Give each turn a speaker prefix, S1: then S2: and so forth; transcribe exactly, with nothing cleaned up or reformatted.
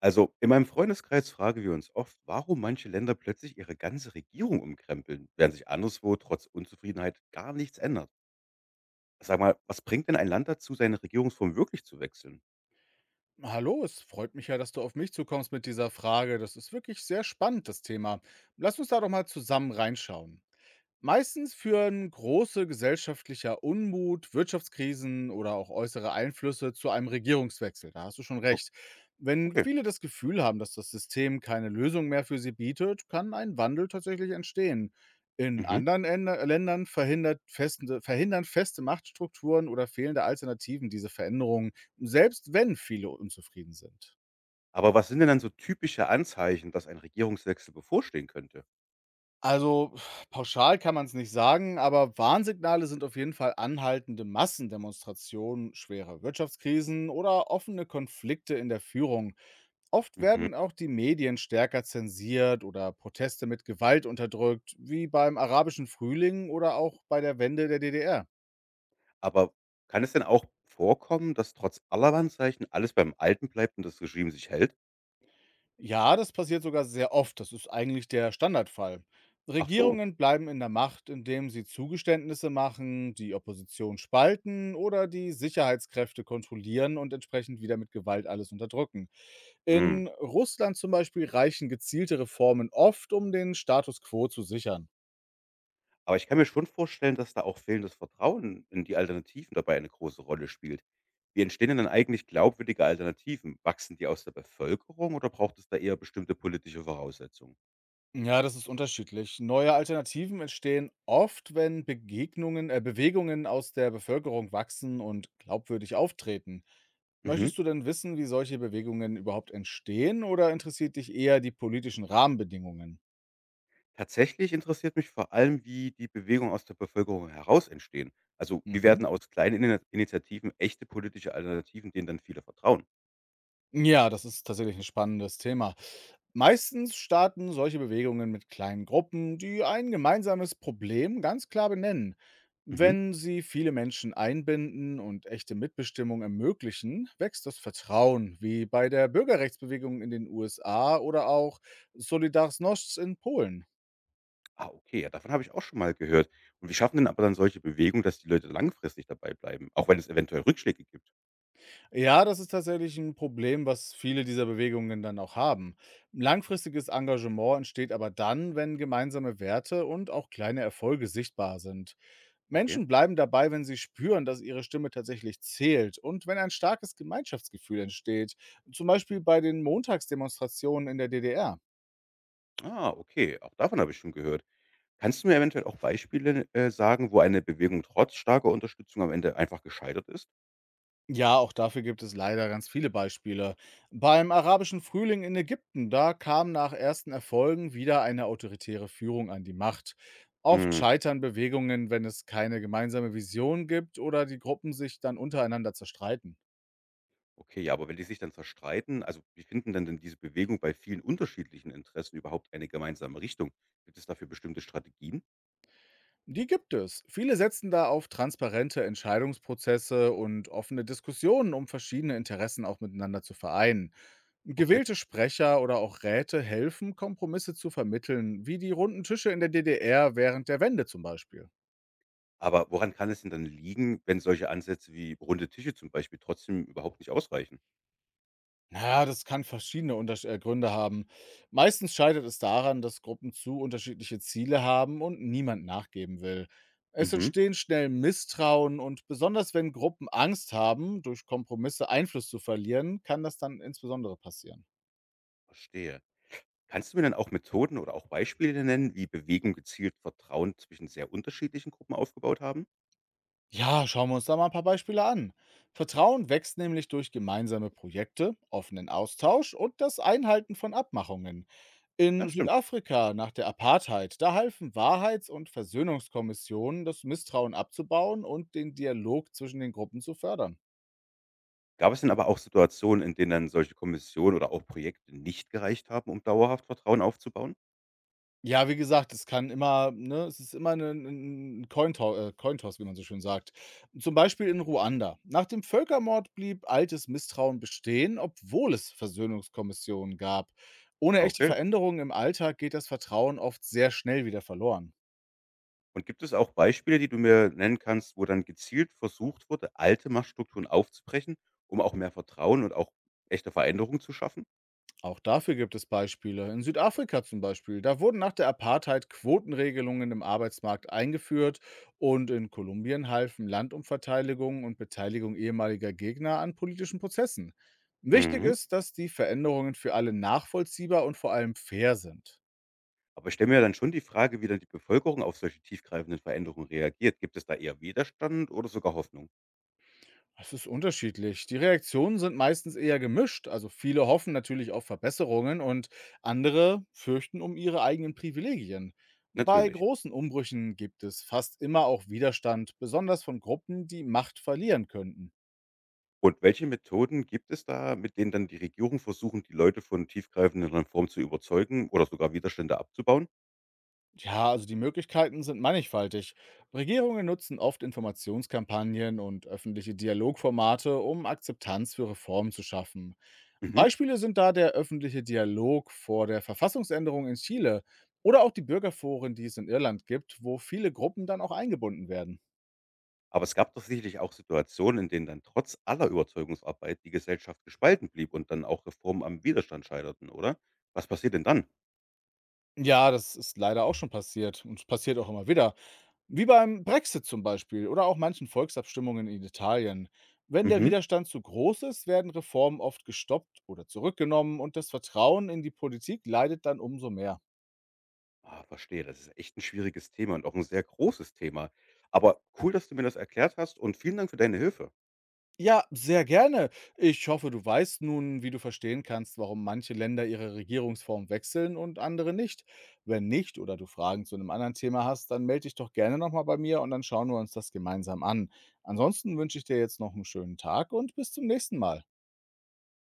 S1: Also in meinem Freundeskreis fragen wir uns oft, warum manche Länder plötzlich ihre ganze Regierung umkrempeln, während sich anderswo trotz Unzufriedenheit gar nichts ändert. Sag mal, was bringt denn ein Land dazu, seine Regierungsform wirklich zu wechseln?
S2: Hallo, es freut mich ja, dass du auf mich zukommst mit dieser Frage. Das ist wirklich sehr spannend, das Thema. Lass uns da doch mal zusammen reinschauen. Meistens führen große gesellschaftlicher Unmut, Wirtschaftskrisen oder auch äußere Einflüsse zu einem Regierungswechsel. Da hast du schon
S1: O-
S2: recht. Wenn
S1: Okay.
S2: viele das Gefühl haben, dass das System keine Lösung mehr für sie bietet, kann ein Wandel tatsächlich entstehen. In
S1: Mhm.
S2: anderen Änder- Ländern verhindert festende, verhindern feste Machtstrukturen oder fehlende Alternativen diese Veränderungen. Selbst wenn viele unzufrieden sind.
S1: Aber was sind denn dann so typische Anzeichen, dass ein Regierungswechsel bevorstehen könnte?
S2: Also, pauschal kann man es nicht sagen, aber Warnsignale sind auf jeden Fall anhaltende Massendemonstrationen, schwere Wirtschaftskrisen oder offene Konflikte in der Führung. Oft
S1: Mhm.
S2: werden auch die Medien stärker zensiert oder Proteste mit Gewalt unterdrückt, wie beim arabischen Frühling oder auch bei der Wende der D D R.
S1: Aber kann es denn auch vorkommen, dass trotz aller Warnzeichen alles beim Alten bleibt und das Regime sich hält?
S2: Ja, das passiert sogar sehr oft. Das ist eigentlich der Standardfall.
S1: Ach so.
S2: Regierungen bleiben in der Macht, indem sie Zugeständnisse machen, die Opposition spalten oder die Sicherheitskräfte kontrollieren und entsprechend wieder mit Gewalt alles unterdrücken.
S1: Hm.
S2: In Russland zum Beispiel reichen gezielte Reformen oft, um den Status quo zu sichern.
S1: Aber ich kann mir schon vorstellen, dass da auch fehlendes Vertrauen in die Alternativen dabei eine große Rolle spielt. Wie entstehen denn dann eigentlich glaubwürdige Alternativen? Wachsen die aus der Bevölkerung oder braucht es da eher bestimmte politische Voraussetzungen?
S2: Ja, das ist unterschiedlich. Neue Alternativen entstehen oft, wenn Begegnungen, äh, Bewegungen aus der Bevölkerung wachsen und glaubwürdig auftreten.
S1: Mhm.
S2: Möchtest du denn wissen, wie solche Bewegungen überhaupt entstehen oder interessiert dich eher die politischen Rahmenbedingungen?
S1: Tatsächlich interessiert mich vor allem, wie die Bewegungen aus der Bevölkerung heraus entstehen. Also wie werden
S2: Mhm.
S1: aus kleinen Ini- Initiativen echte politische Alternativen, denen dann viele vertrauen?
S2: Ja, das ist tatsächlich ein spannendes Thema. Meistens starten solche Bewegungen mit kleinen Gruppen, die ein gemeinsames Problem ganz klar benennen.
S1: Mhm.
S2: Wenn sie viele Menschen einbinden und echte Mitbestimmung ermöglichen, wächst das Vertrauen, wie bei der Bürgerrechtsbewegung in den U S A oder auch Solidarność in Polen.
S1: Ah, okay, ja, davon habe ich auch schon mal gehört. Und wie schaffen denn aber dann solche Bewegungen, dass die Leute langfristig dabei bleiben, auch wenn es eventuell Rückschläge gibt?
S2: Ja, das ist tatsächlich ein Problem, was viele dieser Bewegungen dann auch haben. Langfristiges Engagement entsteht aber dann, wenn gemeinsame Werte und auch kleine Erfolge sichtbar sind.
S1: Okay.
S2: Menschen bleiben dabei, wenn sie spüren, dass ihre Stimme tatsächlich zählt und wenn ein starkes Gemeinschaftsgefühl entsteht, zum Beispiel bei den Montagsdemonstrationen in der D D R.
S1: Ah, okay, auch davon habe ich schon gehört. Kannst du mir eventuell auch Beispiele äh, sagen, wo eine Bewegung trotz starker Unterstützung am Ende einfach gescheitert ist?
S2: Ja, auch dafür gibt es leider ganz viele Beispiele. Beim arabischen Frühling in Ägypten, da kam nach ersten Erfolgen wieder eine autoritäre Führung an die Macht. Oft
S1: Hm,
S2: scheitern Bewegungen, wenn es keine gemeinsame Vision gibt oder die Gruppen sich dann untereinander zerstreiten.
S1: okay, ja, aber wenn die sich dann zerstreiten, also wie finden denn, denn diese Bewegung bei vielen unterschiedlichen Interessen überhaupt eine gemeinsame Richtung? Gibt es dafür bestimmte Strategien?
S2: Die gibt es. Viele setzen da auf transparente Entscheidungsprozesse und offene Diskussionen, um verschiedene Interessen auch miteinander zu vereinen.
S1: Okay.
S2: Gewählte Sprecher oder auch Räte helfen, Kompromisse zu vermitteln, wie die runden Tische in der D D R während der Wende zum Beispiel.
S1: Aber woran kann es denn dann liegen, wenn solche Ansätze wie runde Tische zum Beispiel trotzdem überhaupt nicht ausreichen?
S2: Na ja, das kann verschiedene Untersch äh, Gründe haben. Meistens scheitert es daran, dass Gruppen zu unterschiedliche Ziele haben und niemand nachgeben will. Es
S1: Mhm,
S2: entstehen schnell Misstrauen und besonders wenn Gruppen Angst haben, durch Kompromisse Einfluss zu verlieren, kann das dann insbesondere passieren.
S1: verstehe. Kannst du mir dann auch Methoden oder auch Beispiele nennen, wie Bewegung gezielt Vertrauen zwischen sehr unterschiedlichen Gruppen aufgebaut haben?
S2: Ja, schauen wir uns da mal ein paar Beispiele an. Vertrauen wächst nämlich durch gemeinsame Projekte, offenen Austausch und das Einhalten von Abmachungen.
S1: Ja,
S2: In
S1: stimmt.
S2: Südafrika nach der Apartheid, da halfen Wahrheits- und Versöhnungskommissionen, das Misstrauen abzubauen und den Dialog zwischen den Gruppen zu fördern.
S1: Gab es denn aber auch Situationen, in denen dann solche Kommissionen oder auch Projekte nicht gereicht haben, um dauerhaft Vertrauen aufzubauen?
S2: Ja, wie gesagt, es kann immer ne, es ist immer ein 'n 'n äh, Cointoss, wie man so schön sagt. Zum Beispiel in Ruanda. Nach dem Völkermord blieb altes Misstrauen bestehen, obwohl es Versöhnungskommissionen gab. Ohne
S1: Ah,
S2: echte
S1: okay.
S2: Veränderungen im Alltag geht das Vertrauen oft sehr schnell wieder verloren.
S1: Und gibt es auch Beispiele, die du mir nennen kannst, wo dann gezielt versucht wurde, alte Machtstrukturen aufzubrechen, um auch mehr Vertrauen und auch echte Veränderungen zu schaffen?
S2: Auch dafür gibt es Beispiele. In Südafrika zum Beispiel. Da wurden nach der Apartheid Quotenregelungen im Arbeitsmarkt eingeführt und in Kolumbien halfen Landumverteilungen und Beteiligung ehemaliger Gegner an politischen Prozessen. Wichtig
S1: Mhm.
S2: ist, dass die Veränderungen für alle nachvollziehbar und vor allem fair sind.
S1: Aber ich stelle mir ja dann schon die Frage, wie dann die Bevölkerung auf solche tiefgreifenden Veränderungen reagiert. Gibt es da eher Widerstand oder sogar Hoffnung?
S2: Es ist unterschiedlich. Die Reaktionen sind meistens eher gemischt. Also viele hoffen natürlich auf Verbesserungen und andere fürchten um ihre eigenen Privilegien. Bei
S1: Natürlich.
S2: großen Umbrüchen gibt es fast immer auch Widerstand, besonders von Gruppen, die Macht verlieren könnten.
S1: Und welche Methoden gibt es da, mit denen dann die Regierung versuchen, die Leute von tiefgreifenden Reformen zu überzeugen oder sogar Widerstände abzubauen?
S2: Ja, also die Möglichkeiten sind mannigfaltig. Regierungen nutzen oft Informationskampagnen und öffentliche Dialogformate, um Akzeptanz für Reformen zu schaffen.
S1: Mhm.
S2: Beispiele sind da der öffentliche Dialog vor der Verfassungsänderung in Chile oder auch die Bürgerforen, die es in Irland gibt, wo viele Gruppen dann auch eingebunden werden.
S1: Aber es gab doch sicherlich auch Situationen, in denen dann trotz aller Überzeugungsarbeit die Gesellschaft gespalten blieb und dann auch Reformen am Widerstand scheiterten, oder? Was passiert denn dann?
S2: Ja, das ist leider auch schon passiert und es passiert auch immer wieder. Wie beim Brexit zum Beispiel oder auch manchen Volksabstimmungen in Italien. Wenn der
S1: Mhm.
S2: Widerstand zu groß ist, werden Reformen oft gestoppt oder zurückgenommen und das Vertrauen in die Politik leidet dann umso mehr.
S1: Ah, verstehe, das ist echt ein schwieriges Thema und auch ein sehr großes Thema. Aber cool, dass du mir das erklärt hast und vielen Dank für deine Hilfe.
S2: Ja, sehr gerne. Ich hoffe, du weißt nun, wie du verstehen kannst, warum manche Länder ihre Regierungsform wechseln und andere nicht. Wenn nicht oder du Fragen zu einem anderen Thema hast, dann melde dich doch gerne nochmal bei mir und dann schauen wir uns das gemeinsam an. Ansonsten wünsche ich dir jetzt noch einen schönen Tag und bis zum nächsten Mal.